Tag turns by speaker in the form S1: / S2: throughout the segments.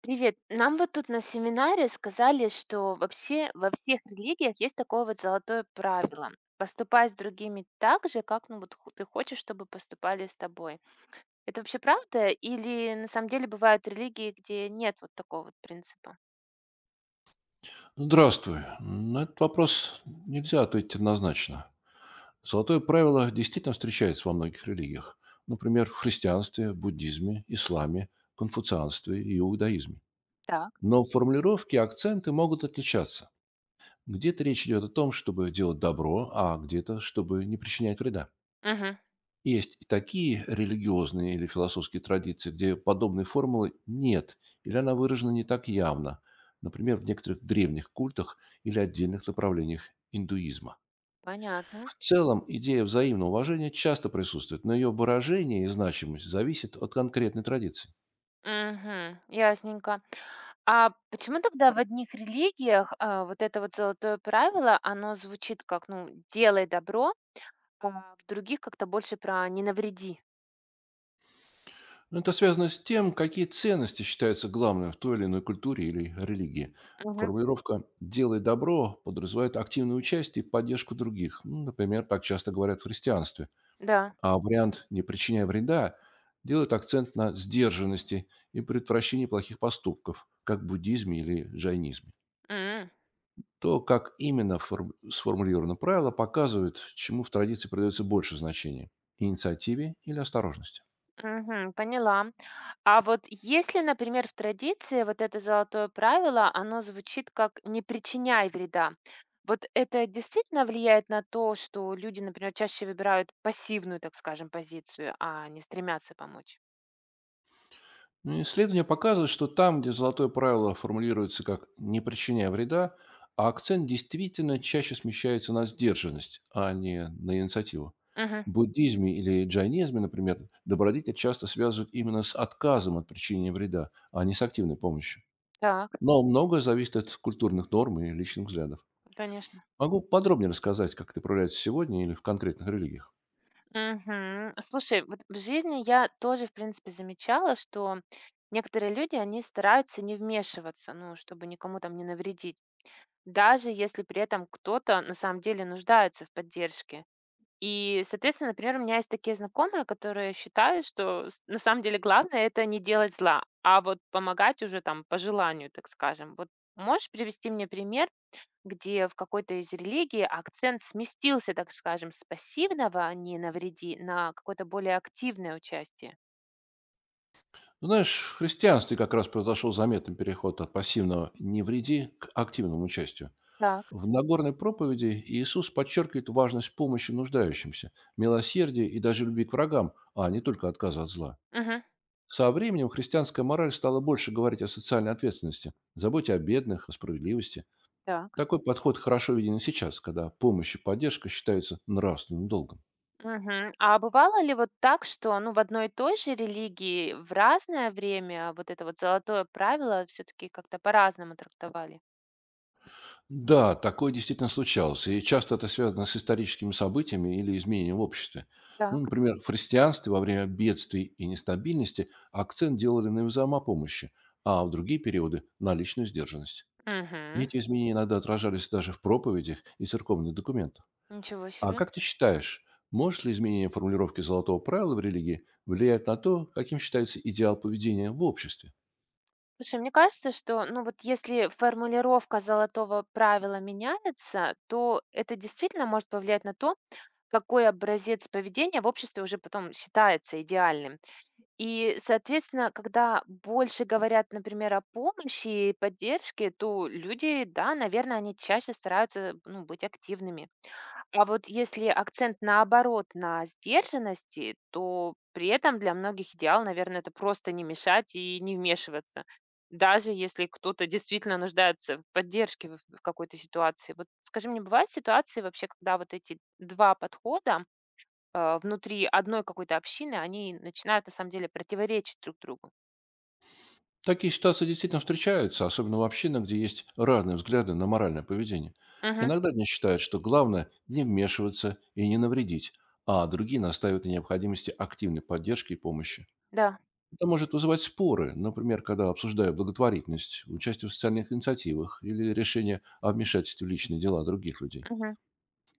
S1: Привет. Нам вот тут на семинаре сказали, что вообще во всех религиях есть такое вот золотое правило. Поступать с другими так же, как ну, вот, ты хочешь, чтобы поступали с тобой. Это вообще правда? Или на самом деле бывают религии, где нет вот такого вот принципа?
S2: Здравствуй. На этот вопрос нельзя ответить однозначно. Золотое правило действительно встречается во многих религиях. Например, в христианстве, буддизме, исламе, конфуцианстве и иудаизме.
S1: Так.
S2: Но формулировки и акценты могут отличаться. Где-то речь идет о том, чтобы делать добро, а где-то, чтобы не причинять вреда.
S1: Угу,
S2: Есть и такие религиозные или философские традиции, где подобной формулы нет или она выражена не так явно, например, в некоторых древних культах или отдельных направлениях индуизма.
S1: понятно.
S2: В целом, идея взаимного уважения часто присутствует, но ее выражение и значимость зависит от конкретной традиции.
S1: Угу, ясненько. А почему тогда в одних религиях вот это вот золотое правило, оно звучит как, ну, делай добро, а в других как-то больше про не навреди?
S2: Это связано с тем, какие ценности считаются главными в той или иной культуре или религии. Формулировка «делай добро» подразумевает активное участие и поддержку других. Ну, Например, так часто говорят в христианстве.
S1: Да.
S2: А вариант «не причиняя вреда» делает акцент на сдержанности и предотвращении плохих поступков, как в буддизме или джайнизме.
S1: М.
S2: То, как именно сформулировано правило, показывает, чему в традиции придается больше значения — инициативе или осторожности.
S1: Мгм. Поняла. А вот если, например, в традиции вот это золотое правило, оно звучит как "не причиняй вреда". Вот это действительно влияет на то, что люди, например, чаще выбирают пассивную, так скажем, позицию, а не стремятся помочь?
S2: Ну, Исследования показывают, что там, где золотое правило формулируется как «не причиняя вреда», а акцент действительно чаще смещается на сдержанность, а не на инициативу.
S1: Мгм.
S2: В буддизме или джайнизме, например, добродетель часто связывают именно с отказом от причинения вреда, а не с активной помощью.
S1: Так,
S2: Но многое зависит от культурных норм и личных взглядов.
S1: конечно.
S2: Могу подробнее рассказать, как это проявляется сегодня или в конкретных религиях.
S1: Мгм. Слушай, вот в жизни я тоже, в принципе, замечала, что некоторые люди, они стараются не вмешиваться, ну, чтобы никому там не навредить. Даже если при этом кто-то на самом деле нуждается в поддержке. И, соответственно, например, у меня есть такие знакомые, которые считают, что на самом деле главное это не делать зла, а вот помогать уже там по желанию, так скажем. Вот можешь привести мне пример, где в какой-то из религий акцент сместился, так скажем, с пассивного «не навреди» на какое-то более активное участие?
S2: Ну, Знаешь, в христианстве как раз произошел заметный переход от пассивного «не вреди» к активному участию.
S1: Так,
S2: В Нагорной проповеди Иисус подчеркивает важность помощи нуждающимся, милосердия и даже любви к врагам, а не только отказа от зла.
S1: угу,
S2: Со временем христианская мораль стала больше говорить о социальной ответственности, заботе о бедных, о справедливости.
S1: так.
S2: Такой подход хорошо виден и сейчас, когда помощь и поддержка считаются нравственным долгом.
S1: Мгм. А бывало ли вот так, что, ну, в одной и той же религии в разное время вот это вот золотое правило все таки как-то по-разному трактовали?
S2: Да, такое действительно случалось, и часто это связано с историческими событиями или изменением в обществе. Ну,
S1: Так.
S2: например, в христианстве во время бедствий и нестабильности акцент делали на взаимопомощи, а в другие периоды — на личную сдержанность. И
S1: Угу.
S2: эти изменения иногда отражались даже в проповедях и церковных документах.
S1: Ничего
S2: А
S1: себе.
S2: как ты считаешь, может ли изменение формулировки золотого правила в религии влиять на то, каким считается идеал поведения в обществе?
S1: Слушай, мне кажется, что, ну, вот если формулировка золотого правила меняется, то это действительно может повлиять на то, какой образец поведения в обществе уже потом считается идеальным. И, соответственно, когда больше говорят, например, о помощи и поддержке, то люди, да, наверное, они чаще стараются, ну, быть активными. А вот если акцент наоборот на сдержанности, то при этом для многих идеал, наверное, это просто не мешать и не вмешиваться. Даже если кто-то действительно нуждается в поддержке в какой-то ситуации. Вот скажи мне, бывают ситуации вообще, когда вот эти два подхода внутри одной какой-то общины, они начинают на самом деле противоречить друг другу.
S2: Такие ситуации действительно встречаются, особенно в общинах, где есть разные взгляды на моральное поведение.
S1: Мгм.
S2: Иногда они считают, что главное не вмешиваться и не навредить, а другие настаивают на необходимости активной поддержки и помощи.
S1: Да.
S2: Это может вызывать споры, например, когда обсуждают благотворительность, участие в социальных инициативах или решение о вмешательстве в личные дела других людей.
S1: Мгм.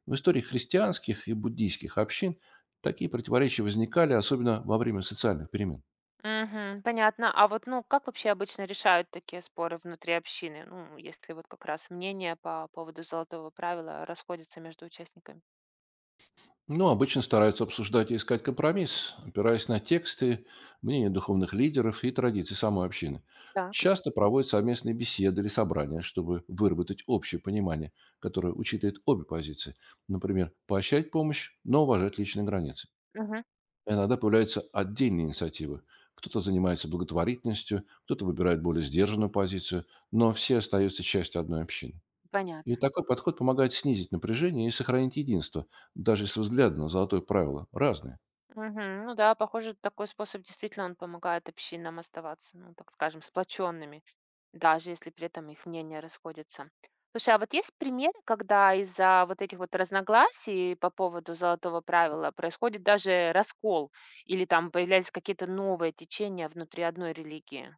S2: В истории христианских и буддийских общин такие противоречия возникали, особенно во время социальных перемен.
S1: Мгм. Понятно. А вот, ну, как вообще обычно решают такие споры внутри общины? Ну, если вот как раз мнения по поводу золотого правила расходятся между участниками.
S2: Ну, обычно стараются обсуждать и искать компромисс, опираясь на тексты, мнения духовных лидеров и традиции самой общины.
S1: Так.
S2: Часто проводят совместные беседы или собрания, чтобы выработать общее понимание, которое учитывает обе позиции. Например, поощрять помощь, но уважать личные границы.
S1: Мгм.
S2: Иногда появляются отдельные инициативы. Кто-то занимается благотворительностью, кто-то выбирает более сдержанную позицию, но все остаются частью одной общины. И
S1: Понятно.
S2: такой подход помогает снизить напряжение и сохранить единство, даже если взгляды на золотое правило разные.
S1: Мгм. Ну да, похоже, такой способ действительно он помогает общинам оставаться, ну, так скажем, сплоченными. Даже если при этом их мнения расходятся. Слушай, а вот есть пример, когда из-за вот этих вот разногласий по поводу золотого правила происходит даже раскол или там появляются какие-то новые течения внутри одной религии?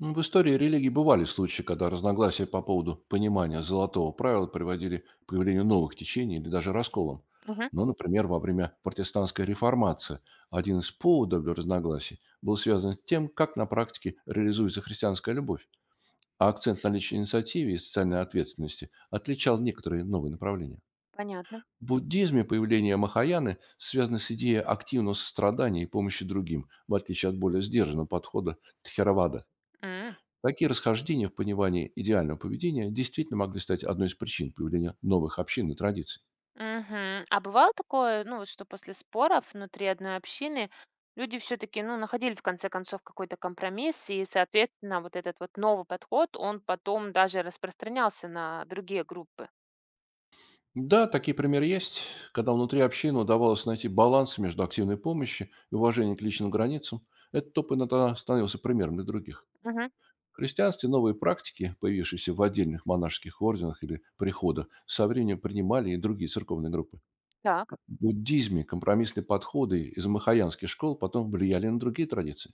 S2: В истории религий бывали случаи, когда разногласия по поводу понимания золотого правила приводили к появлению новых течений или даже расколам.
S1: Мгм.
S2: Но, например, во время протестантской реформации один из поводов для разногласий был связан с тем, как на практике реализуется христианская любовь, а акцент на личной инициативе и социальной ответственности отличал некоторые новые направления.
S1: Понятно.
S2: В буддизме появление Махаяны связано с идеей активного сострадания и помощи другим, в отличие от более сдержанного подхода Тхеравада.
S1: М,
S2: Такие расхождения в понимании идеального поведения действительно могли стать одной из причин появления новых общин и традиций.
S1: мгм. А бывало такое, ну вот что после споров внутри одной общины люди все-таки, ну, находили в конце концов какой-то компромисс, и, соответственно, вот этот вот новый подход, он потом даже распространялся на другие группы.
S2: Да, такие примеры есть, когда внутри общины удавалось найти баланс между активной помощью и уважением к личным границам. Этот топ иногда становился примером для других.
S1: Мгм.
S2: В христианстве новые практики, появившиеся в отдельных монашеских орденах или приходах, со временем принимали и другие церковные группы.
S1: Так.
S2: В буддизме компромиссные подходы из махаянских школ потом влияли на другие традиции.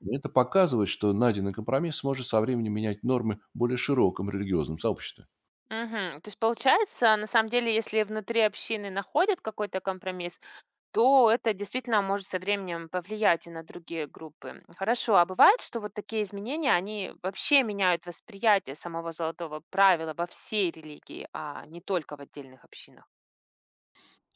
S2: И это показывает, что найденный компромисс может со временем менять нормы в более широком религиозном сообществе.
S1: Мгм. То есть получается, на самом деле, если внутри общины находят какой-то компромисс, то это действительно может со временем повлиять и на другие группы. Хорошо, а бывает, что вот такие изменения, они вообще меняют восприятие самого золотого правила во всей религии, а не только в отдельных общинах?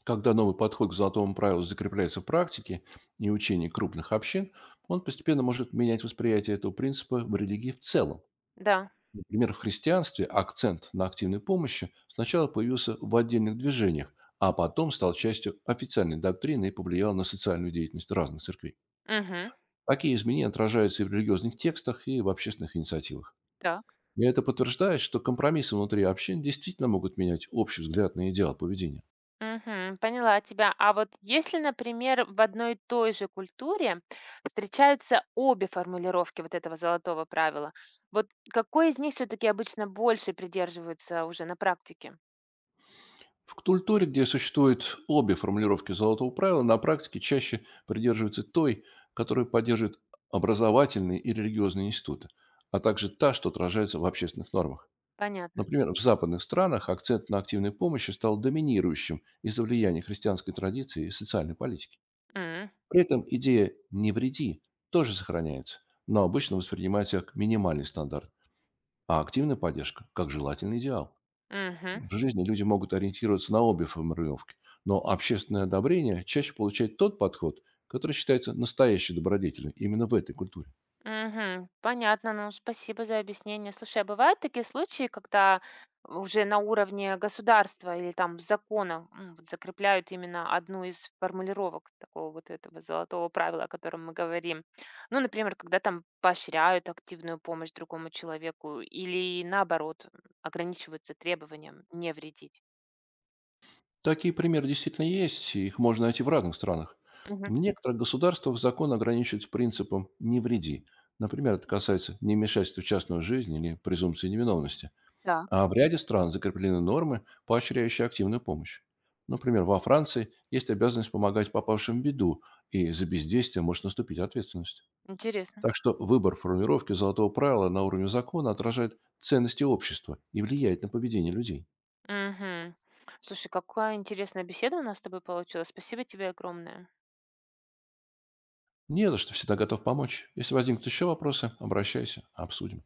S2: Когда новый подход к золотому правилу закрепляется в практике и учении крупных общин, он постепенно может менять восприятие этого принципа в религии в целом.
S1: Да.
S2: Например, в христианстве акцент на активной помощи сначала появился в отдельных движениях, а потом стал частью официальной доктрины и повлиял на социальную деятельность разных церквей.
S1: Мгм.
S2: Такие изменения отражаются и в религиозных текстах, и в общественных инициативах.
S1: Да.
S2: И это подтверждает, что компромиссы внутри общин действительно могут менять общий взгляд на идеал поведения.
S1: Мгм. Поняла тебя. А вот если, например, в одной и той же культуре встречаются обе формулировки вот этого золотого правила, вот какой из них все-таки обычно больше придерживаются уже на практике?
S2: В культуре, где существуют обе формулировки золотого правила, на практике чаще придерживаются той, которую поддерживают образовательные и религиозные институты, а также та, что отражается в общественных нормах.
S1: Понятно.
S2: Например, в западных странах акцент на активной помощи стал доминирующим из-за влияния христианской традиции и социальной политики.
S1: М,
S2: При этом идея «не вреди» тоже сохраняется, но обычно воспринимается как минимальный стандарт, а активная поддержка — как желательный идеал.
S1: мгм.
S2: В жизни люди могут ориентироваться на обе формулировки, но общественное одобрение чаще получает тот подход, который считается настоящей добродетелью именно в этой культуре.
S1: Мгм. Понятно, ну спасибо за объяснение. Слушай, а бывают такие случаи, когда уже на уровне государства или там закона вот закрепляют именно одну из формулировок такого вот этого золотого правила, о котором мы говорим. Ну, например, когда там поощряют активную помощь другому человеку или наоборот ограничиваются требованием не вредить.
S2: Такие примеры действительно есть, и их можно найти в разных странах. В
S1: Мгм.
S2: некоторых государствах закон ограничивается принципом «не вреди». Например, это касается невмешательства в частную жизнь или презумпции невиновности.
S1: Так.
S2: А в ряде стран закреплены нормы, поощряющие активную помощь. Например, во Франции есть обязанность помогать попавшим в беду, и за бездействие может наступить ответственность.
S1: Интересно.
S2: Так что выбор формулировки золотого правила на уровне закона отражает ценности общества и влияет на поведение людей.
S1: Мгм. Слушай, какая интересная беседа у нас с тобой получилась. Спасибо тебе огромное.
S2: Не за что, всегда готов помочь. Если возникнут еще вопросы, обращайся, обсудим.